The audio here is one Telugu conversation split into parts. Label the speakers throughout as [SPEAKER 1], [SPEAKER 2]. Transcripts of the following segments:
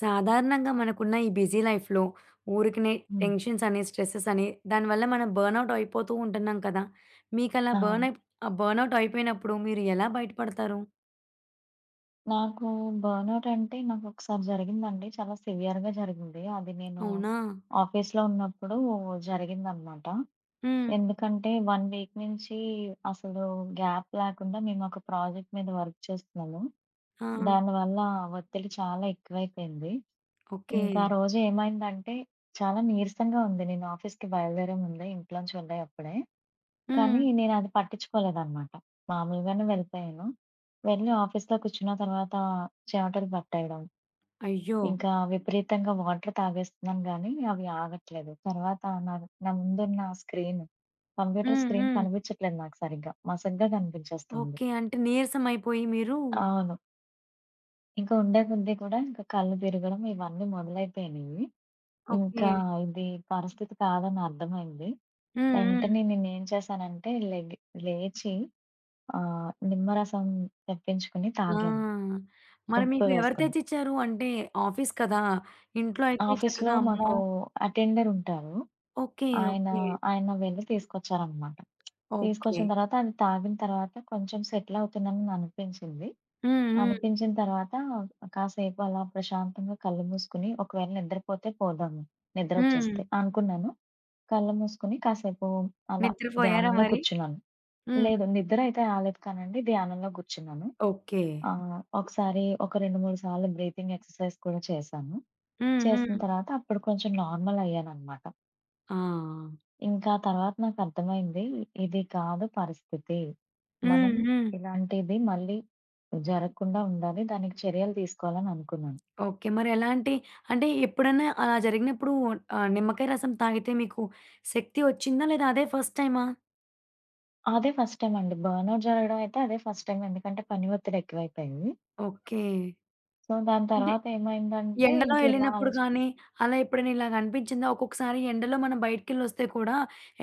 [SPEAKER 1] సాధారణంగా మనకున్న ఈ బిజీ లైఫ్‌లో ఊరికనే
[SPEAKER 2] హ్మ్.
[SPEAKER 1] టెన్షన్స్ అని, స్ట్రెసెస్ అని దానివల్ల మనం బర్న్‌ఔట్ అయిపోతూ ఉంటున్నాం కదా! మీకలా బర్న్
[SPEAKER 2] అవును.
[SPEAKER 1] అయి బర్న్‌ఔట్ అయిపోయినప్పుడు మీరు ఎలా బయటపడతారు?
[SPEAKER 2] నాకు బర్న్‌ఔట్ అంటే నాకొకసారి జరిగిందండి. చాలా సివియర్‌గా జరిగింది. అది నేను
[SPEAKER 1] అవునా?
[SPEAKER 2] ఆఫీస్‌లో ఉన్నప్పుడు జరిగిందనమాట.
[SPEAKER 1] హ్మ్.
[SPEAKER 2] ఎందుకంటే 1 వీక్ నుంచి అసలు గ్యాప్ లేకుండా మేమొక ప్రాజెక్ట్ మీద వర్క్ చేస్తున్నాము.
[SPEAKER 1] ఆ!
[SPEAKER 2] దానివల్ల ఒత్తిడి చాలా ఎక్కువైపోయింది.
[SPEAKER 1] ఓకే.
[SPEAKER 2] ఇంకా ఆ రోజు ఏమైందంటే చాలా నీరసంగా ఉంది. నేను ఆఫీస్‌కి బయలుదేరే ముందే ఇంట్లోంచి వెళ్ళే అప్పుడే.
[SPEAKER 1] హ్మ్.
[SPEAKER 2] కానీ నేనది పట్టించుకోలేదనమాట. మామూలుగానే వెళ్ళిపోయాను. వెళ్ళి ఆఫీస్‌లో కూర్చున్న తర్వాత చెమటలు పట్టేయడం,
[SPEAKER 1] అయ్యో!
[SPEAKER 2] ఇంకా విపరీతంగా వాటర్ తాగేస్తున్నాను గానీ, అవి ఆగట్లేదు. తర్వాత నా నా ముందున్న స్క్రీన్, కంప్యూటర్
[SPEAKER 1] హ్మ్.
[SPEAKER 2] స్క్రీన్
[SPEAKER 1] హ్మ్.
[SPEAKER 2] కనిపించట్లేదు నాకు సరిగ్గా. మసగ్గా కనిపించేస్తుంది.
[SPEAKER 1] ఓకే. అంటే నీరసం అయిపోయి మీరు
[SPEAKER 2] అవును. ఇంకా ఉండే కొద్దీ కూడా ఇంకా కళ్ళు తిరగడం ఇవన్నీ మొదలైపోయినియి.
[SPEAKER 1] ఓకే.
[SPEAKER 2] ఇంకా ఇది పరిస్థితి కాదని అర్థమైంది.
[SPEAKER 1] హ్మ్. హ్మ్.
[SPEAKER 2] వెంటనే నేనేం చేశానంటే లేచి నిమ్మరసం తెప్పించుకొని
[SPEAKER 1] ఆ!
[SPEAKER 2] తాగాను.
[SPEAKER 1] మరి
[SPEAKER 2] ఉప్పు
[SPEAKER 1] మీకు ఎవరు
[SPEAKER 2] వేసుకొని.
[SPEAKER 1] తెచ్చిచ్చారు? అంటే ఆఫీస్ కదా! ఇంట్లో అయితే
[SPEAKER 2] ఆఫీస్‌లో
[SPEAKER 1] చక్కగా అమ్మో!
[SPEAKER 2] మాకు అటెండర్ ఉంటారు.
[SPEAKER 1] ఓకే.
[SPEAKER 2] ఆయన,
[SPEAKER 1] ఓకే.
[SPEAKER 2] ఆయన వెళ్లి తీసుకొచ్చారనమాట.
[SPEAKER 1] ఓకే.
[SPEAKER 2] తీసుకొచ్చిన తర్వాత అది తాగిన తర్వాత కొంచెం సెటిల్ అవుతున్నానని అనిపించింది.
[SPEAKER 1] హ్మ్. హ్మ్.
[SPEAKER 2] అనిపించిన తర్వాత కాసేపు అలా ప్రశాంతంగా కళ్ళు మూసుకొని ఒకవేళ నిద్రపోతే పోదాము,
[SPEAKER 1] హ్మ్.
[SPEAKER 2] నిద్రొచ్చేస్తే అనుకున్నాను. కళ్ళు మూసుకొని కాసేపు అలా
[SPEAKER 1] నిద్రపోయారా
[SPEAKER 2] ధ్యానంలో
[SPEAKER 1] మరి?
[SPEAKER 2] కూర్చున్నాను.
[SPEAKER 1] హ్మ్.
[SPEAKER 2] లేదు నిద్ర అయితే రాలేదు కానండి ధ్యానంలో కూర్చున్నాను.
[SPEAKER 1] ఓకే.
[SPEAKER 2] ఆ! ఒకసారి ఒక 2, 3 సార్లు బ్రీతింగ్ ఎక్సర్‌సైజ్ కూడా చేశాను.
[SPEAKER 1] హ్మ్.
[SPEAKER 2] చేసిన
[SPEAKER 1] హ్మ్.
[SPEAKER 2] తర్వాత అప్పుడు కొంచెం నార్మల్ అయ్యాననమాట.
[SPEAKER 1] ఆ!
[SPEAKER 2] ఇంకా తర్వాత నాకర్థమైంది ఇది కాదు పరిస్థితి. మనం
[SPEAKER 1] హ్మ్. హ్మ్.
[SPEAKER 2] ఇలాంటిది మళ్ళీ జరగకుండా ఉండాలి. దానికి చర్యలు తీసుకోవాలని అనుకున్నాను.
[SPEAKER 1] ఓకే. మరెలాంటి అంటే ఎప్పుడన్నా అలా జరిగినప్పుడు నిమ్మకాయ రసం తాగితే మీకు శక్తి వచ్చిందా? లేదా అదే ఫస్ట్ టైమా?
[SPEAKER 2] అదే ఫస్ట్ టైమ్ అండి. బర్న్‌ఔట్ జరగడం అయితే అదే ఫస్ట్ టైమ్. ఎందుకంటే పని ఒత్తిడి ఎక్కువైపోయింది.
[SPEAKER 1] ఓకే.
[SPEAKER 2] సో, దాని
[SPEAKER 1] అంటే
[SPEAKER 2] తర్వాత ఏమైందంటే
[SPEAKER 1] ఎండలో
[SPEAKER 2] ఇంక ఇలా
[SPEAKER 1] ఎళ్ళినప్పుడు గానీ, అలా ఎప్పుడైనా ఇలాగ అనిపించిందా? ఒక్కొక్కసారి ఎండలో మనం బయటికెళ్ళొస్తే కూడా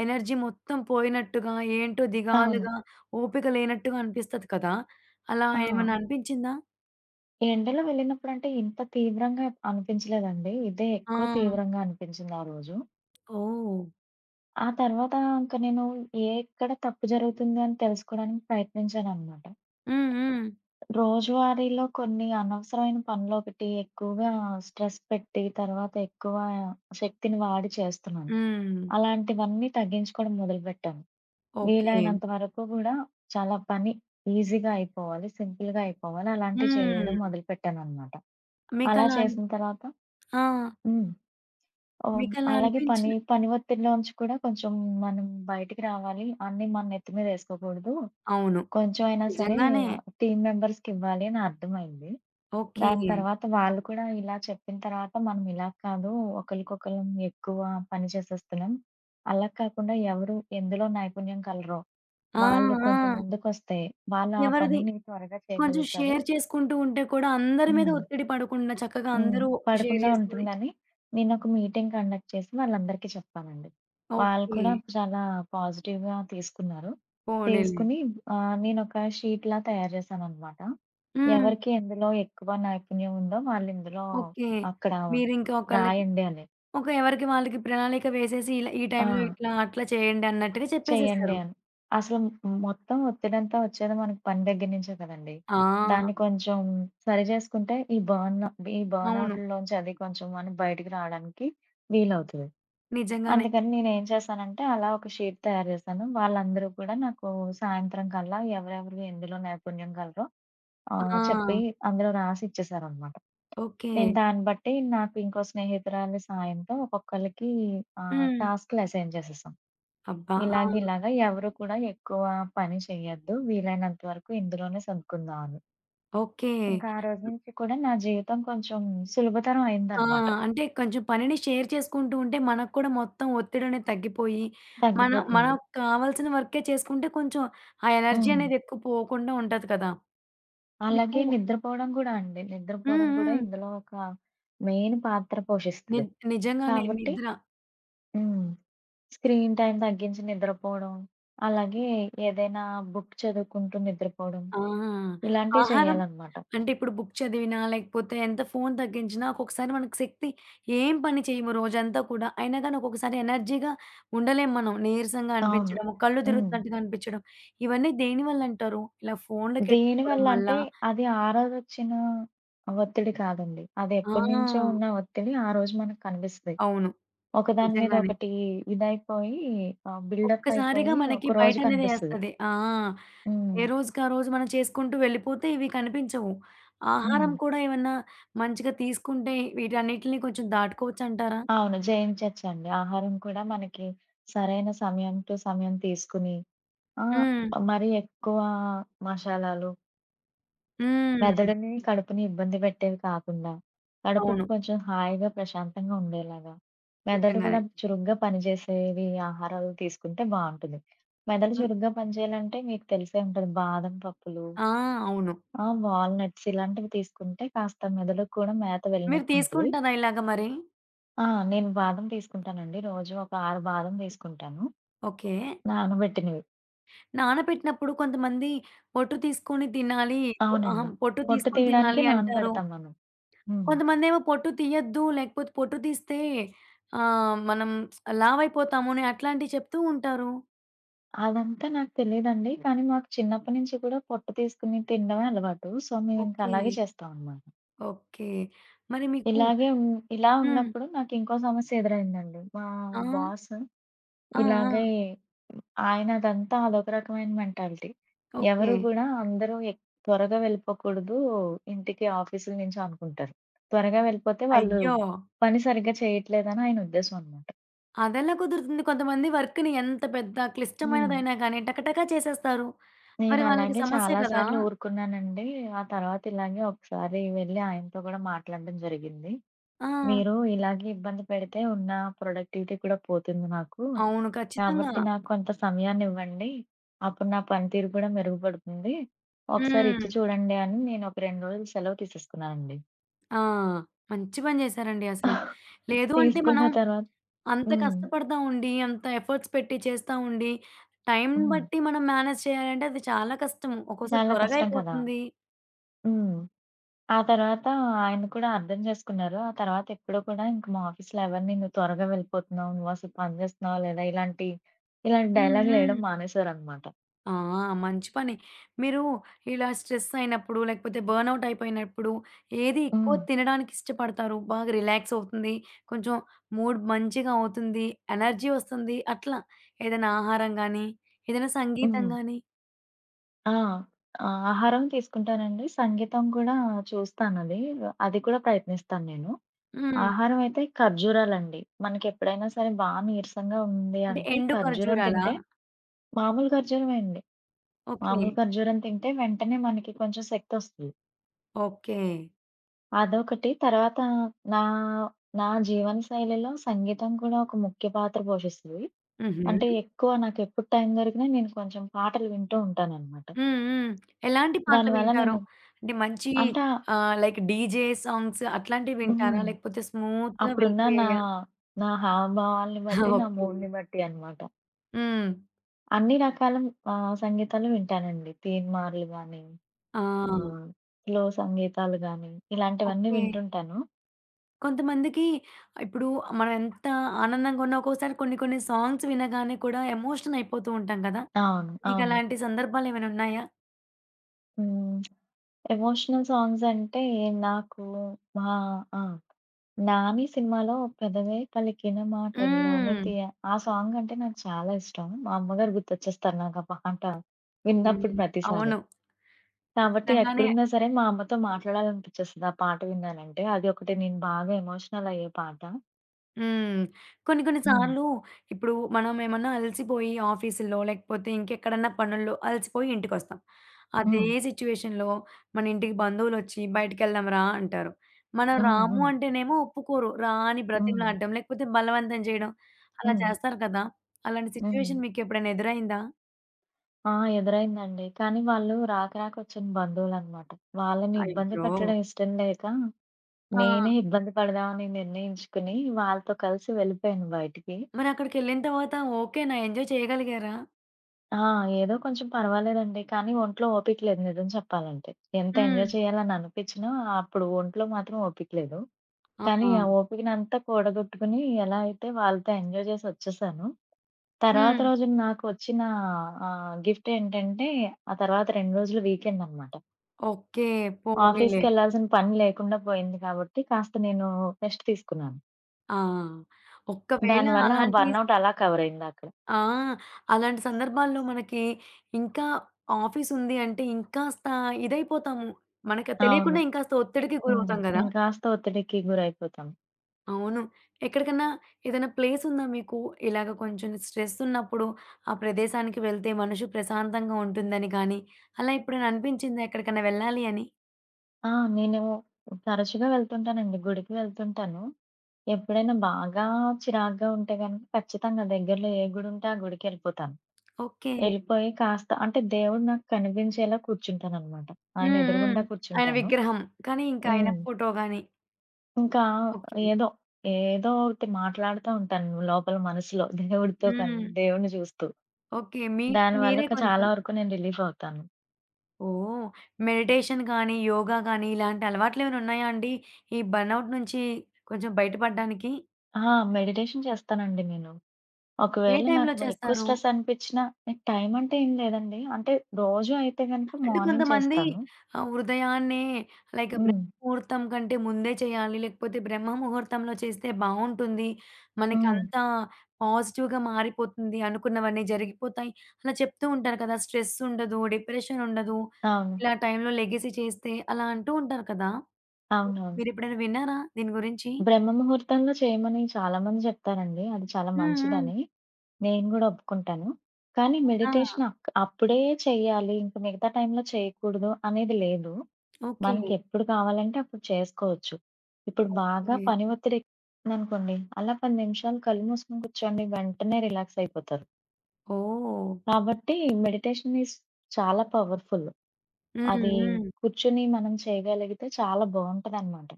[SPEAKER 1] ఎనర్జీ మొత్తం పోయినట్టుగా, ఏంటో
[SPEAKER 2] అవును.
[SPEAKER 1] దిగాలుగా, ఓపిక లేనట్టుగా అనిపిస్తది కదా! అలా
[SPEAKER 2] ఆ!
[SPEAKER 1] ఏమన్నా అనిపించిందా?
[SPEAKER 2] ఎండలో వెళ్ళినప్పుడంటే ఇంత తీవ్రంగా అనిపించలేదండి. ఇదే
[SPEAKER 1] ఆ!
[SPEAKER 2] ఎక్కువ తీవ్రంగా అనిపించింది ఆ రోజు.
[SPEAKER 1] ఓహ్!
[SPEAKER 2] ఆ తర్వాత ఇంక నేను ఎక్కడ తప్పు జరుగుతుంది అని తెలుసుకోవడానికి ప్రయత్నించాననమాట.
[SPEAKER 1] హ్మ్. హ్మ్.
[SPEAKER 2] రోజువారీలో కొన్ని అనవసరమైన పనులొకటి ఎక్కువగా స్ట్రెస్ పెట్టి, తర్వాత ఎక్కువ శక్తిని వాడి చేస్తున్నాను.
[SPEAKER 1] హ్మ్.
[SPEAKER 2] అలాంటివన్నీ తగ్గించుకోవడం మొదలుపెట్టాను.
[SPEAKER 1] ఓకే.
[SPEAKER 2] వీలైనంత వరకు గూడా చాలా పని ఈజీగా అయిపోవాలి, సింపుల్‌గా అయిపోవాలి అలాంటివి చేయడం
[SPEAKER 1] హ్మ్.
[SPEAKER 2] మొదలుపెట్టాననమాట. అలా
[SPEAKER 1] మీకలా అన్
[SPEAKER 2] చేసిన తర్వాత
[SPEAKER 1] ఆ!
[SPEAKER 2] హ్మ్. ఆహ్,
[SPEAKER 1] మీకలా
[SPEAKER 2] అలాగే పని
[SPEAKER 1] అనిపించిన
[SPEAKER 2] పని ఒత్తిడిలోంచి కూడా కొంచెం మనం బయటికి రావాలి. అన్నీ మన నెత్తి మీద ఏసుకోకూడదు.
[SPEAKER 1] అవును.
[SPEAKER 2] కొంచెం అయినా సరే
[SPEAKER 1] నిజంగానే.
[SPEAKER 2] టీమ్ మెంబర్స్‌కివ్వాలి అని అర్థమైంది.
[SPEAKER 1] ఓకే.
[SPEAKER 2] దాని తర్వాత వాళ్ళు కూడా ఇలా చెప్పిన తర్వాత మనం ఇలా కాదు ఒకళ్ళకొకళ్ళం ఎక్కువ పని చేసేస్తున్నాం. అలా కాకుండా ఎవరు ఎందులో నైపుణ్యం కలరో
[SPEAKER 1] ఆ!
[SPEAKER 2] వాళ్ళు కొంచెం
[SPEAKER 1] ఆ!
[SPEAKER 2] ముందుకొస్తే వాళ్ళు ఆ
[SPEAKER 1] ఎవరిది
[SPEAKER 2] పనిని త్వరగా
[SPEAKER 1] కొంచెం
[SPEAKER 2] చేయగలుగుతారు.
[SPEAKER 1] షేర్ చేసుకుంటూ ఉంటే కూడా అందరి మీద
[SPEAKER 2] హ్మ్.
[SPEAKER 1] ఒత్తిడి పడకుండా చక్కగా
[SPEAKER 2] హ్మ్.
[SPEAKER 1] అందరూ షేర్
[SPEAKER 2] పడకుండా
[SPEAKER 1] చేసుకొని
[SPEAKER 2] ఉంటుందని నేనొక మీటింగ్ కండక్ట్ చేసి వాళ్ళందరికీ చెప్పానండి. వాళ్ళు
[SPEAKER 1] ఓకే.
[SPEAKER 2] కూడా చాలా పాజిటివ్‌గా తీసుకున్నారు.
[SPEAKER 1] పోనీలే.
[SPEAKER 2] తీసుకొని నేనొక షీట్‌లా తయారు చేశాననమాట.
[SPEAKER 1] హ్మ్.
[SPEAKER 2] ఎవరికి ఎందులో ఎక్కువ నైపుణ్యం ఉందో వాళ్ళిందులో
[SPEAKER 1] ఓకే.
[SPEAKER 2] అక్కడ
[SPEAKER 1] మీరింకా ఒకళ్ళకి
[SPEAKER 2] రాయండి అని.
[SPEAKER 1] ఒక ఎవరికి వాళ్ళకి ప్రణాళిక వేసేసి ఇలా ఈ
[SPEAKER 2] ఆ!
[SPEAKER 1] టైంలో ఇట్లా అట్లా చేయండి అన్నట్టుగా
[SPEAKER 2] చేయండి
[SPEAKER 1] చెప్పేసేసారు.
[SPEAKER 2] అని. అసలు మొత్తం ఒత్తిడంతా వచ్చేది మనకి పని దగ్గర నుంచే కదండీ!
[SPEAKER 1] ఆ!
[SPEAKER 2] దాన్ని కొంచెం సరి చేసుకుంటే ఈ
[SPEAKER 1] అవును.
[SPEAKER 2] బర్న్‌ఔట్‌లోంచి అది కొంచెం మనం బయటికి రావడానికి వీలవుతది.
[SPEAKER 1] నిజంగానే.
[SPEAKER 2] అందుకని నేనేం చేశానంటే, అలా ఒక షీట్ తయారు జేశాను. వాళ్ళందరూ కూడా నాకు సాయంత్రం కల్లా ఎవరెవరు ఎందులో నైపుణ్యం గలరో
[SPEAKER 1] ఆ!
[SPEAKER 2] చెప్పి అందులో రాసి ఇచ్చేశారనమాట.
[SPEAKER 1] ఓకే.
[SPEAKER 2] నేను దాన్ని బట్టి నాకు ఇంకో స్నేహితురాలి సాయంతో ఒక్కొక్కళ్ళకి
[SPEAKER 1] హ్మ్.
[SPEAKER 2] టాస్క్‌లు అసైన్ చేసేసాం.
[SPEAKER 1] అబ్బా! ఆ!
[SPEAKER 2] ఇలాగ ఇలాగ ఎవరు కూడా ఎక్కువ పని చేయొద్దు. వీలైనంత వరకు ఇందులోనే సర్దుకుందాం అని.
[SPEAKER 1] ఓకే.
[SPEAKER 2] ఇంకా ఆ రోజు నుంచి కూడా నా జీవితం కొంచెం సులభతరం
[SPEAKER 1] ఆ!
[SPEAKER 2] అయిందనమాట.
[SPEAKER 1] అంటే కొంచెం పనిని షేర్ చేసుకుంటూ ఉంటే మనకు కూడా మొత్తం ఒత్తిడనేది తగ్గిపోయి, మన
[SPEAKER 2] తగ్గిపోతుంది.
[SPEAKER 1] మనకు కావాల్సిన వర్కే చేసుకుంటే కొంచెం ఆ ఎనర్జీ హ్మ్.
[SPEAKER 2] హ్మ్.
[SPEAKER 1] అనేది ఎక్కువ పోకుండా ఉంటది కదా! మీకు
[SPEAKER 2] అలాగే నిద్రపోవడం గూడా అండి.
[SPEAKER 1] హ్మ్.
[SPEAKER 2] నిద్రపోవడం గూడా
[SPEAKER 1] హ్మ్.
[SPEAKER 2] ఇందులో ఒక మెయిన్ పాత్ర
[SPEAKER 1] ని
[SPEAKER 2] పోషిస్తది.
[SPEAKER 1] నిజంగానే
[SPEAKER 2] కాబట్టి
[SPEAKER 1] నిద్ర
[SPEAKER 2] హ్మ్. స్క్రీన్ టైమ్ తగ్గించి నిద్రపోవడం, అలాగే ఏదైనా బుక్ చదువుకుంటూ నిద్రపోవడం
[SPEAKER 1] ఆ!
[SPEAKER 2] ఇలాంటివి
[SPEAKER 1] ఆహారం
[SPEAKER 2] చేయాలనమాట.
[SPEAKER 1] అంటే ఇప్పుడు బుక్ చదివినా, లేకపోతే ఎంత ఫోను తగ్గించినా ఒక్కొక్కసారి మనకు శక్తి ఏం పని చేయము రోజంతా కూడా. అయినా గాని ఒక్కొక్కసారి ఎనర్జీగా ఉండలేం మనం. నీరసంగా
[SPEAKER 2] అవును.
[SPEAKER 1] అనిపించడము, కళ్ళు
[SPEAKER 2] హ్మ్.
[SPEAKER 1] తిరుగుతున్నట్టుగా అనిపించడం. ఇవన్నీ దేనివల్లంటారు? ఇలా ఫోన్లకెళ్ళిపోవడం
[SPEAKER 2] దేనివల్ల
[SPEAKER 1] వల్ల
[SPEAKER 2] అంటే అది ఆ రోజొచ్చిన ఒత్తిడి కాదండి. అది ఎప్పటినుంచో
[SPEAKER 1] ఆ!
[SPEAKER 2] ఉన్న ఒత్తిడి ఆ రోజు మనకు కనిపిస్తది.
[SPEAKER 1] అవును.
[SPEAKER 2] ఒకదాని మీద
[SPEAKER 1] నిజంగానే.
[SPEAKER 2] ఒకటి ఇదైపోయి బిల్డప్
[SPEAKER 1] ఒక్కసారిగా
[SPEAKER 2] అయిపోయి
[SPEAKER 1] మనకి
[SPEAKER 2] ఒక రోజు
[SPEAKER 1] బయటనేది
[SPEAKER 2] కనిపిస్తది.
[SPEAKER 1] ఏస్తది. ఆ!
[SPEAKER 2] హ్మ్.
[SPEAKER 1] ఏ రోజుకి ఆ రోజు మనం చేసుకుంటూ వెళ్ళిపోతే ఇవి కనిపించవు. ఆహారం
[SPEAKER 2] హ్మ్.
[SPEAKER 1] కూడా ఏమన్నా మంచిగా తీసుకుంటే వీటన్నిటిని కొంచెం దాటుకోవచ్చంటారా?
[SPEAKER 2] అవును. జైన్ చర్చ్ అండి. ఆహారం కూడా మనకి సరైన సమయం టు సమయం తీసుకుని ఆహ్,
[SPEAKER 1] హ్మ్.
[SPEAKER 2] మరీ ఎక్కువ మషాలాలు
[SPEAKER 1] హ్మ్.
[SPEAKER 2] మెదడుని, కడుపుని ఇబ్బంది పెట్టేవి కాకుండా,
[SPEAKER 1] అవును.
[SPEAKER 2] కడుపుకి కొంచెం హాయిగా, ప్రశాంతంగా ఉండేలాగా, మెదడు కూడా
[SPEAKER 1] నిజంగానే.
[SPEAKER 2] చురుగ్గా పనిచేసేవి ఆహారాలు తీసుకుంటే బావుంటుంది. మెదడు
[SPEAKER 1] హ్మ్.
[SPEAKER 2] చురుగ్గా పనిచేయాలంటే మీకు తెలిసే ఉంటది. బాదం పప్పులు,
[SPEAKER 1] ఆ! అవును.
[SPEAKER 2] ఆ! వాల్‌నట్స్ ఇలాంటివి తీసుకుంటే కాస్త మెదడుకి కూడా మేత
[SPEAKER 1] మీరు
[SPEAKER 2] వెళ్ళినట్టుంటది.
[SPEAKER 1] తీసుకుంటారా ఇలాగ మరి?
[SPEAKER 2] ఆ! నేను బాదం తీసుకుంటానండి. రోజు ఒక 6 బాదం తీసుకుంటాను.
[SPEAKER 1] ఓకే.
[SPEAKER 2] నానబెట్టినవి.
[SPEAKER 1] నానబెట్టినప్పుడు కొంతమంది పొట్టు తీసుకొని తినాలి. అహా!
[SPEAKER 2] అవునండి.
[SPEAKER 1] పొట్టు
[SPEAKER 2] పొట్టు ఓకే.
[SPEAKER 1] తీసుకొని
[SPEAKER 2] తీయడానికే
[SPEAKER 1] తినాలి అంటారు.
[SPEAKER 2] నానబెడతాం మనం. హ్మ్.
[SPEAKER 1] కొంతమందేమో పొట్టు తీయొద్దు, లేకపోతే పొట్టు తీస్తే మనం లావు అయిపోతాము అని అట్లాంటివి చెప్తూ ఉంటారు.
[SPEAKER 2] అదంతా నాకు తెలీదండి. హ్మ్. కానీ మాకు చిన్నప్పటి నుంచి కూడా పొట్టు తీసుకొని తినడమే అలవాటు. సో, మేమింక
[SPEAKER 1] ఓకే.
[SPEAKER 2] అలాగే చేస్తాం అనమాట.
[SPEAKER 1] ఓకే. మరి మీకు
[SPEAKER 2] ఇలాగే ఉన్ ఇలా
[SPEAKER 1] హ్మ్.
[SPEAKER 2] ఉన్నప్పుడు నాకింకో సమస్య ఎదురైందండి. మా
[SPEAKER 1] ఆ!
[SPEAKER 2] బాస్
[SPEAKER 1] ఆ! ఆ!
[SPEAKER 2] ఇలాగే ఆయనదంతా అదొక రకమైన మెంటాలిటీ.
[SPEAKER 1] ఓకే.
[SPEAKER 2] ఎవరు గూడా అందరూ త్వరగా వెళ్ళిపోకూడదు ఇంటికి ఆఫీసుల నుంచి అనుకుంటారు. త్వరగా వెళ్ళిపోతే వాళ్ళు
[SPEAKER 1] అయ్యో!
[SPEAKER 2] పని సరిగ్గా చేయట్లేదని ఆయన ఉద్దేశం అనమాట.
[SPEAKER 1] అదెలా కుదురుతుంది? కొంతమంది వర్క్‌ని ఎంత పెద్ద
[SPEAKER 2] హ్మ్.
[SPEAKER 1] క్లిష్టమైనదైనా గానీ టకటకా చేసేస్తారు. మరి వాళ్ళకి
[SPEAKER 2] నేనలాగే
[SPEAKER 1] సమస్య
[SPEAKER 2] చాలా
[SPEAKER 1] కదా!
[SPEAKER 2] సార్లు ఊరుకున్నానండి. ఆ తర్వాత ఇలాగే ఒకసారి వెళ్లి ఆయనతో గూడా మాట్లాడడం జరిగింది.
[SPEAKER 1] ఆ!
[SPEAKER 2] మీరు ఇలాగే ఇబ్బంది పెడితే ఉన్న ప్రొడక్టివిటీ కూడా పోతుంది నాకు.
[SPEAKER 1] అవును. ఖచ్చితంగా.
[SPEAKER 2] కాబట్టి నాకు కొంత సమయాన్నివ్వండి. అప్పుడు నా పనితీరు కూడా మెరుగుపడుతుంది. ఒకసారి
[SPEAKER 1] హ్మ్.
[SPEAKER 2] ఇచ్చి చూడండి అని నేను ఒక 2 రోజులు సెలవు తీసేసుకున్నానండి.
[SPEAKER 1] ఆ! మంచి పని చేశారండి అసల. లేదు అంటే
[SPEAKER 2] తీసుకున్న
[SPEAKER 1] మనం
[SPEAKER 2] తర్వాత
[SPEAKER 1] అంత
[SPEAKER 2] హ్మ్.
[SPEAKER 1] కష్టపడతా ఉండి, అంత ఎఫర్ట్స్ పెట్టి చేస్తా ఉండి, టైం
[SPEAKER 2] హ్మ్.
[SPEAKER 1] బట్టి మనం మేనేజ్ చేయాలంటే అది చాలా కష్టము. ఒక్కోసారి
[SPEAKER 2] చాలా
[SPEAKER 1] త్వరగా
[SPEAKER 2] కష్టం కదా!
[SPEAKER 1] అయిపోతుంది.
[SPEAKER 2] హ్మ్. ఆ తర్వాత ఆయన కూడా అర్థం చేసుకున్నారు. ఆ తర్వాత ఎప్పుడూ కూడా ఇంక మా ఆఫీస్‌లో ఎవరిని "నువ్వు త్వరగా వెళ్ళిపోతున్నావు. నువ్వసలు పని చేస్తున్నావా లేదా?" ఇలాంటి
[SPEAKER 1] హ్మ్. హ్మ్.
[SPEAKER 2] డైలాగులేయడం మానేశారనమాట.
[SPEAKER 1] ఆ! మంచి పనే. మీరు ఇలా స్ట్రెస్ అయినప్పుడు, లేకపోతే బర్న్‌ఔట్ అయిపోయినప్పుడు ఏది ఎక్కువ
[SPEAKER 2] హ్మ్.
[SPEAKER 1] తినడానికి ఇష్టపడతారు? బాగా రిలాక్స్ అవుతుంది, కొంచెం మూడ్ మంచిగా అవుతుంది, ఎనర్జీ వస్తుంది అట్లా ఏదైనా ఆహారం గానీ, ఏదైనా సంగీతం
[SPEAKER 2] హ్మ్.
[SPEAKER 1] గానీ?
[SPEAKER 2] ఆ! ఆహ్, ఆహారం తీసుకుంటానండి. సంగీతం కూడా చూస్తానది. అది కూడా ప్రయత్నిస్తాను నేను.
[SPEAKER 1] హ్మ్.
[SPEAKER 2] ఆహారం అయితే ఖర్జూరాలండి. మనకెప్పుడైనా సరే బా నీరసంగా ఉంది
[SPEAKER 1] అంటే
[SPEAKER 2] అంటే
[SPEAKER 1] ఎండు
[SPEAKER 2] ఖర్జూరం
[SPEAKER 1] ఖర్జూరాలా?
[SPEAKER 2] తింటే మామూలు ఖర్జూరమే అండి.
[SPEAKER 1] ఓకే.
[SPEAKER 2] మామూలు ఖర్జూరం తింటే వెంటనే మనకి కొంచెం శక్తొస్తది.
[SPEAKER 1] ఓకే.
[SPEAKER 2] అదొకటి. తర్వాత నా, నా జీవన శైలిలో సంగీతం కూడా ఒక ముఖ్య పాత్ర పోషిస్తది.
[SPEAKER 1] హుహు.
[SPEAKER 2] అంటే ఎక్కువ నాకెప్పుడు టైం దొరికినా నేను కొంచెం పాటలు వింటూ ఉంటాననమాట.
[SPEAKER 1] హ్మ్. హ్మ్. ఎలాంటి పాటలు
[SPEAKER 2] దానివల్ల
[SPEAKER 1] వింటారు?
[SPEAKER 2] నేను
[SPEAKER 1] అంటే మంచి
[SPEAKER 2] అంటే
[SPEAKER 1] లైక్ డీజే సాంగ్స్ అట్లాంటివి వింటారా?
[SPEAKER 2] హ్మ్.
[SPEAKER 1] లేకపోతే స్మూత్‌గా
[SPEAKER 2] అప్పుడున్న నా,
[SPEAKER 1] వెళ్ళిపోయాయా?
[SPEAKER 2] నా హావభావాల్ని బట్టి, నా
[SPEAKER 1] ఓకే.
[SPEAKER 2] మూడ్‌ని బట్టి అనమాట.
[SPEAKER 1] హ్మ్.
[SPEAKER 2] అన్ని రకాల సంగీతాలు వింటానండి. తీన్మార్లు గానీ,
[SPEAKER 1] ఆ!
[SPEAKER 2] ఆహ్, స్లో సంగీతాలు గానీ, ఇలాంటివన్నీ
[SPEAKER 1] ఓకే.
[SPEAKER 2] వింటుంటాను.
[SPEAKER 1] కొంతమందికి ఇప్పుడు మనం ఎంత ఆనందంగా ఉన్నా ఒక్కోసారి కొన్ని కొన్ని సాంగ్స్ వినగానే కూడా ఎమోషన్ అయిపోతూ ఉంటాం కదా!
[SPEAKER 2] అవును. అవును.
[SPEAKER 1] మీకలాంటి సందర్భాలేమైనా ఉన్నాయా?
[SPEAKER 2] హ్మ్. ఎమోషనల్ సాంగ్స్ అంటే నాకు మా ఆ! 'నాని' సినిమాలో 'పెదవే పలికిన మాటల్లోనే
[SPEAKER 1] హ్మ్.
[SPEAKER 2] తీయ' ఆ సాంగ్ అంటే నాకు చాలా ఇష్టం. మా అమ్మగారు గుర్తొచ్చేస్తారు నాకు ఆ పాట
[SPEAKER 1] హ్మ్.
[SPEAKER 2] విన్నప్పుడు ప్రతిసారి.
[SPEAKER 1] అవును.
[SPEAKER 2] కాబట్టి
[SPEAKER 1] ఖచ్చితంగానే
[SPEAKER 2] ఎక్కడున్నా సరే మా అమ్మతో మాట్లాడాలనిపిచ్చేస్తది ఆ పాట విన్నానంటే. అది ఒకటి నేను బాగా ఎమోషనల్ అయ్యే పాట.
[SPEAKER 1] హ్మ్. కొన్ని కొన్ని
[SPEAKER 2] హ్మ్.
[SPEAKER 1] సార్లు ఇప్పుడు మనం ఏమన్నా అలసిపోయి ఆఫీసుల్లో లేకపోతే ఇంకెక్కడన్నా పనుల్లో అలసిపోయి ఇంటికొస్తాం. అదే
[SPEAKER 2] హ్మ్.
[SPEAKER 1] సిట్యుయేషన్‌లో మన ఇంటికి బంధువులొచ్చి "బయటికెళ్దాం రా" అంటారు. మనం
[SPEAKER 2] హ్మ్.
[SPEAKER 1] రాము
[SPEAKER 2] హ్మ్.
[SPEAKER 1] అంటేనేమో ఒప్పుకోరు. రా అని
[SPEAKER 2] హ్మ్.
[SPEAKER 1] బ్రతిమలాడడం లేకపోతే బలవంతం చేయడం అలా
[SPEAKER 2] హ్మ్.
[SPEAKER 1] చేస్తారు కదా! అలాంటి
[SPEAKER 2] హ్మ్.
[SPEAKER 1] సిట్యుయేషన్ మీకెప్పుడైనా ఎదురైందా?
[SPEAKER 2] ఆ! ఎదురైందండి. కానీ వాళ్ళు రాక రాక వచ్చిన బంధువులనమాట. వాళ్ళని ఇబ్బంది
[SPEAKER 1] అయ్యో!
[SPEAKER 2] పెట్టడం ఇష్టం లేక
[SPEAKER 1] ఆ!
[SPEAKER 2] నేనే ఇబ్బంది పడదామని నిర్ణయించుకుని, వాళ్ళతో కలిసి వెళ్ళిపోయాను బయటికి.
[SPEAKER 1] మరక్కడికెళ్ళిన తర్వాత ఓకేనా? ఎంజాయ్ చేయగలిగారా?
[SPEAKER 2] ఆ! ఏదో కొంచెం పర్వాలేదండి. కానీ ఒంట్లో ఓపిక లేదు నిజం చెప్పాలంటే. ఎంత
[SPEAKER 1] హ్మ్.
[SPEAKER 2] ఎంజాయ్ చేయాలని అనిపించినా అప్పుడు ఒంట్లో మాత్రం ఓపిక లేదు.
[SPEAKER 1] ఆ!
[SPEAKER 2] కానీ ఆ ఓపికనంతా కూడగట్టుకుని ఎలా అయితే వాళ్ళతో ఎంజాయ్ చేసి వచ్చేసాను. తర్వాత
[SPEAKER 1] హ్మ్.
[SPEAKER 2] రోజున నాకొచ్చిన గిఫ్ట్ ఏంటంటే, ఆ తర్వాత 2 రోజులు వీకెండ్ అన్నమాట.
[SPEAKER 1] ఓకే. పోనీలే.
[SPEAKER 2] ఆఫీస్‌కెళ్ళాల్సిన పని లేకుండా పోయింది కాబట్టి కాస్త నేను రెస్ట్ తీసుకున్నాను.
[SPEAKER 1] ఆ! ఒక్కవేళ హ్మ్.
[SPEAKER 2] దానివల్ల ఆ
[SPEAKER 1] అలాంటి
[SPEAKER 2] బర్నౌట్ అలా కవర్ అయిందక్కడ.
[SPEAKER 1] ఆ! అలాంటి సందర్భాల్లో మనకి ఇంకా ఆఫీసుంది అంటే ఇంకాస్త ఇదైపోతాము. మనకు
[SPEAKER 2] అవును.
[SPEAKER 1] తెలియకుండా ఇంకాస్త ఒత్తిడికి
[SPEAKER 2] హ్మ్.
[SPEAKER 1] గురవుతాం గదా!
[SPEAKER 2] ఇంకాస్త ఒత్తిడికి గురైపోతాం.
[SPEAKER 1] అవును. ఎక్కడికన్నా ఏదైనా ప్లేసుందా మీకు? ఇలాగ కొంచెం స్ట్రెసున్నప్పుడు ఆ ప్రదేశానికి వెళ్తే మనసు ప్రశాంతంగా ఉంటుందని గానీ, అలా ఎప్పుడైనా అనిపించిందా ఎక్కడికన్నా వెళ్ళాలి అని?
[SPEAKER 2] ఆ! నేను తరచుగా వెళ్తుంటానండి. గుడికి వెళ్తుంటాను. ఎప్పుడైనా బాగా చిరాగ్గా ఉంటే గనుక ఖచ్చితంగా దగ్గరలో ఏ గుడుంటే ఆ గుడికెళ్ళిపోతాను.
[SPEAKER 1] ఓకే.
[SPEAKER 2] ఎళ్ళిపోయి కాస్త అంటే దేవుడు నాకు కనిపించేలా కూర్చుంటాననమాట.
[SPEAKER 1] హ్మ్.
[SPEAKER 2] ఆయన
[SPEAKER 1] హ్మ్.
[SPEAKER 2] ఎదురుగుండా
[SPEAKER 1] ఆయన
[SPEAKER 2] కూర్చుంటాను.
[SPEAKER 1] విగ్రహం కానీ, ఇంకా ఆయన
[SPEAKER 2] హ్మ్.
[SPEAKER 1] ఫోటో గాని.
[SPEAKER 2] ఇంకా
[SPEAKER 1] ఓకే.
[SPEAKER 2] ఏదో, ఏదో ఒకటి మాట్లాడుతా ఉంటాను లోపల మనసులో దేవుడితో
[SPEAKER 1] హ్మ్.
[SPEAKER 2] దేవుడిని చూస్తూ.
[SPEAKER 1] ఓకే. మీకు
[SPEAKER 2] దానివల్ల
[SPEAKER 1] మీరే కొంచెం
[SPEAKER 2] చాలా వరకు నేను రిలీఫవుతాను.
[SPEAKER 1] ఓహ్! మెడిటేషన్ కానీ, యోగా కానీ ఇలాంటి అలవాట్లేమైనా ఉన్నాయా అండి? ఈ బర్న్‌ఔట్ నుంచి కొంచెం బయటపడడానికి?
[SPEAKER 2] ఆ! మెడిటేషన్ చేస్తానండి నేను.
[SPEAKER 1] ఏ
[SPEAKER 2] ఒకవేళ
[SPEAKER 1] టైంలో
[SPEAKER 2] నాకు ఎక్కువ
[SPEAKER 1] చేస్తారు?
[SPEAKER 2] స్ట్రెస్ అనిపిచ్చినా నాకు టైం అంటే ఏం లేదండి. అంటే రోజు అయితే గనక
[SPEAKER 1] అంటే
[SPEAKER 2] మార్నింగ్
[SPEAKER 1] కొంతమంది
[SPEAKER 2] చేస్తాను.
[SPEAKER 1] ఉదయాన్నే లైక్ బ్రహ్మ
[SPEAKER 2] హ్మ్.
[SPEAKER 1] ముహూర్తం కంటే ముందే చేయాలి. లేకపోతే బ్రహ్మ ముహూర్తంలో చేస్తే బావుంటుంది.
[SPEAKER 2] హ్మ్.
[SPEAKER 1] మనకంతా పాజిటివ్‌గా మారిపోతుంది. అనుకున్నవన్నీ జరిగిపోతాయి. అలా చెప్తూ ఉంటారు కదా! స్ట్రెస్ ఉండదు, డిప్రెషన్ ఉండదు.
[SPEAKER 2] అవును.
[SPEAKER 1] ఇలా టైంలో లెగసి చేస్తే అలా అంటూ ఉంటారు కదా!
[SPEAKER 2] అవునవును.
[SPEAKER 1] మీరెప్పుడైనా విన్నారా దీని గురించి?
[SPEAKER 2] బ్రహ్మ ముహూర్తంలో చేయమని చాలామంది చెప్తారండి. అది చాలా
[SPEAKER 1] హ్మ్. హ్మ్.
[SPEAKER 2] మంచిదని. నేను గూడా ఒప్పుకుంటాను. కానీ
[SPEAKER 1] ఆ!
[SPEAKER 2] మెడిటేషన్ అక్ అప్పుడే చెయ్యాలి. ఇంక మిగతా టైంలో చేయకూడదు అనేది లేదు.
[SPEAKER 1] ఓకే.
[SPEAKER 2] మనకెప్పుడు కావాలంటే అప్పుడు చేసుకోవచ్చు. ఇప్పుడు బాగా
[SPEAKER 1] ఓకే.
[SPEAKER 2] పని ఒత్తిడి అనుకోండి. అలా 10 నిమిషాలు కళ్ళు మూసుకొని కూర్చోండి. వెంటనే రిలాక్స్ అయిపోతారు.
[SPEAKER 1] ఓహ్!
[SPEAKER 2] కాబట్టి మెడిటేషన్ ఈస్ చాలా పవర్‌ఫుల్.
[SPEAKER 1] హ్మ్.
[SPEAKER 2] అది
[SPEAKER 1] హ్మ్.
[SPEAKER 2] కూర్చొని మనం చేయగలిగితే చాలా బావుంటదనమాట.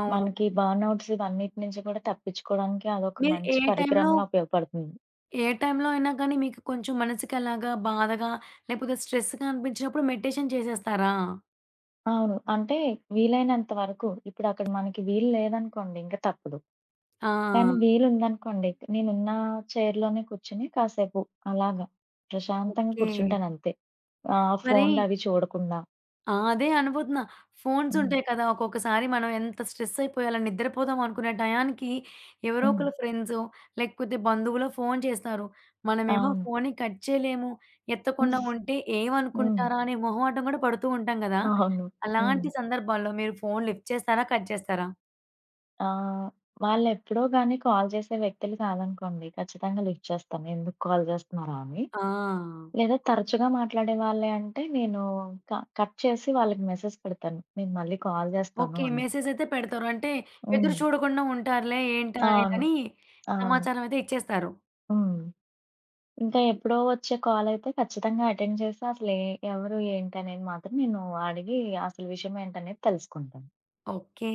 [SPEAKER 1] అవును.
[SPEAKER 2] మనకి బర్న్‌ఔట్స్ ఇవన్నిటి నుంచి కూడా తప్పించుకోవడానికి అదొక
[SPEAKER 1] మీరు ఏ
[SPEAKER 2] మంచి
[SPEAKER 1] టైంలో
[SPEAKER 2] పరికరంలా ఉపయోగపడుతుంది.
[SPEAKER 1] ఏ టైంలో అయినా గానీ మీకు కొంచెం మనసుకి అలాగా బాధగా లేకపోతే స్ట్రెస్‌గా అనిపించినప్పుడు మెడిటేషన్ చేసేస్తారా?
[SPEAKER 2] అవును. అంటే వీలైనంత వరకు ఇప్పుడు అక్కడ మనకి వీలు లేదనుకోండి ఇంక తప్పదు.
[SPEAKER 1] ఆ!
[SPEAKER 2] కానీ వీలుందనుకోండి నేనున్న చైర్‌లోనే కూర్చొని కాసేపు అలాగా ప్రశాంతంగా
[SPEAKER 1] ఓకే.
[SPEAKER 2] కూర్చుంటానంతే. ఆహ్,
[SPEAKER 1] మరి
[SPEAKER 2] ఫోన్‌లవి చూడకుండా.
[SPEAKER 1] ఆ! అదే అనుబోతున్నా. ఫోన్స్
[SPEAKER 2] హ్మ్.
[SPEAKER 1] ఉంటాయి కదా! ఒక్కొక్కసారి మనం ఎంత స్ట్రెస్ అయిపోయాలో నిద్రపోదాం అనుకునే టయానికి ఎవరో
[SPEAKER 2] హ్మ్.
[SPEAKER 1] ఒకళ్ళ ఫ్రెండ్సో, లేకపోతే బంధువులో ఫోను చేస్తారు. మనమేమో
[SPEAKER 2] అవును.
[SPEAKER 1] ఫోన్ని కట్ చేయలేము. ఎత్తకుండా ఉంటే
[SPEAKER 2] హ్మ్.
[SPEAKER 1] ఏమనుకుంటారా అనే మొహమాటం కూడా పడుతూ ఉంటాం కదా!
[SPEAKER 2] అవును. హ్మ్.
[SPEAKER 1] అలాంటి సందర్భాల్లో మీరు ఫోను లిఫ్ట్ చేస్తారా? కట్ చేస్తారా?
[SPEAKER 2] ఆ! వాళ్ళెప్పుడో గాని కాల్ చేసే వ్యక్తులు కాదనుకోండి. ఖచ్చితంగా లిఫ్ట్ చేస్తాను. ఎందుకు కాల్ చేస్తున్నారా అని.
[SPEAKER 1] ఆ!
[SPEAKER 2] లేదా తరచుగా మాట్లాడే వాళ్ళే అంటే నేను క కట్ చేసి వాళ్ళకి మెసేజ్ పెడతాను. నేను మళ్ళీ కాల్ చేస్తాను
[SPEAKER 1] ఓకే.
[SPEAKER 2] అని.
[SPEAKER 1] మెసేజ్ అయితే పెడతారు. అంటే ఎదురు
[SPEAKER 2] హ్మ్.
[SPEAKER 1] చూడకుండా ఉంటారులే ఏంటా
[SPEAKER 2] అవును.
[SPEAKER 1] అనేదని
[SPEAKER 2] అవును.
[SPEAKER 1] సమాచారం అయితే ఇచ్చేస్తారు.
[SPEAKER 2] హ్మ్. ఇంకా ఎప్పుడో వచ్చే కాల్ అయితే ఖచ్చితంగా అటెండ్ చేసి అసలే ఎవరు ఏంటనేది మాత్రం నేను అడిగి అసలు విషయం ఏంటనేది తెలుసుకుంటాను.
[SPEAKER 1] ఓకే.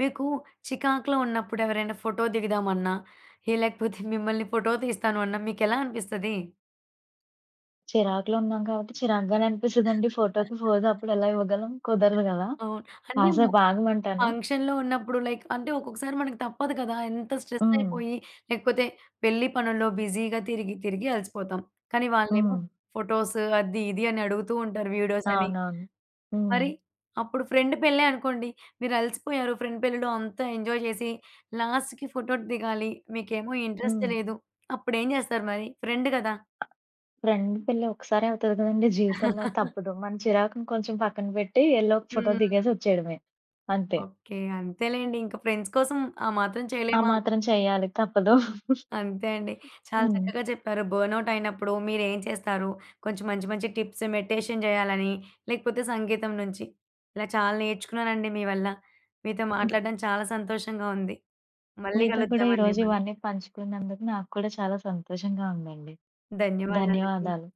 [SPEAKER 1] మీకు చికాకులో ఉన్నప్పుడు ఎవరైనా ఫోటో దిగుదామన్నా, ఏ లేకపోతే మిమ్మల్ని ఫోటో తీస్తాను అన్నా మీకెలా అనిపిస్తది?
[SPEAKER 2] చిరాకులో ఉన్నాం కాబట్టి చిరాకుగానే అనిపిస్తదండి. ఫోటోకి ఫోజ్ అప్పుడు ఎలా ఇవ్వగలం? కుదరదు కదా!
[SPEAKER 1] అవును. అంటే ము
[SPEAKER 2] కాసేపు ఆగమంటాను.
[SPEAKER 1] ఫంక్షన్‌లో ఉన్నప్పుడు లైక్ అంటే ఒక్కొక్కసారి మనకు తప్పదు కదా! ఎంత స్ట్రెస్
[SPEAKER 2] హ్మ్.
[SPEAKER 1] అయిపోయి లేకపోతే పెళ్లి పనుల్లో బిజీగా తిరిగి తిరిగి అలసిపోతాం. కానీ వాళ్ళేమో
[SPEAKER 2] హ్మ్.
[SPEAKER 1] ఫోటోస్ అది ఇది అని అడుగుతూ ఉంటారు వీడియోస్ అని.
[SPEAKER 2] అవునవును. హ్మ్.
[SPEAKER 1] మరి అప్పుడు ఫ్రెండ్ పెళ్ళే అనుకోండి. మీరలిసిపోయారు ఫ్రెండ్ పెళ్ళిలో అంతా ఎంజాయ్ చేసి, లాస్ట్‌కి ఫోటో దిగాలి. మీకేమో ఇంట్రెస్ట్
[SPEAKER 2] హ్మ్.
[SPEAKER 1] లేదు. అప్పుడేం జేస్తారు మరి? ఫ్రెండ్ గదా!
[SPEAKER 2] ఫ్రెండ్ పెళ్లి ఒక్కసారే అవుతది కదండీ! జీవితంలో తప్పదు. మన చిరాకుని కొంచెం పక్కన పెట్టి ఎళ్లి ఒక ఫోటో
[SPEAKER 1] హ్మ్.
[SPEAKER 2] దిగేసి వచ్చేయడమే. అంతే.
[SPEAKER 1] ఓకే. అంతేలెండి. ఇంక ఫ్రెండ్స్ కోసం ఆ మాత్రం
[SPEAKER 2] ఆ
[SPEAKER 1] చేయలేమా?
[SPEAKER 2] మాత్రం చేయాలి తప్పదు.
[SPEAKER 1] అంతే అండి. చాలా
[SPEAKER 2] హ్మ్.
[SPEAKER 1] చక్కగా చెప్పారు. బర్న్‌ఔట్ అయినప్పుడు మీరేం చేస్తారు? కొంచెం మంచి మంచి టిప్స్ మెడిటేషన్ జేయాలని, లేకపోతే సంగీతం నుంచి. ఇలా చాలా నేర్చుకున్నానండి మీ వల్ల. మీతో
[SPEAKER 2] హ్మ్.
[SPEAKER 1] మాట్లాడడం చాలా సంతోషంగా ఉంది. మళ్ళీ
[SPEAKER 2] మీతో కూడా
[SPEAKER 1] కలుద్దామండి
[SPEAKER 2] ఈరోజు
[SPEAKER 1] మనం.
[SPEAKER 2] ఇవన్నీ పంచుకున్నందుకు నాకు కూడా చాలా సంతోషంగా ఉందండి.
[SPEAKER 1] ధన్యవాదాలండి.
[SPEAKER 2] ధన్యవాదాలు.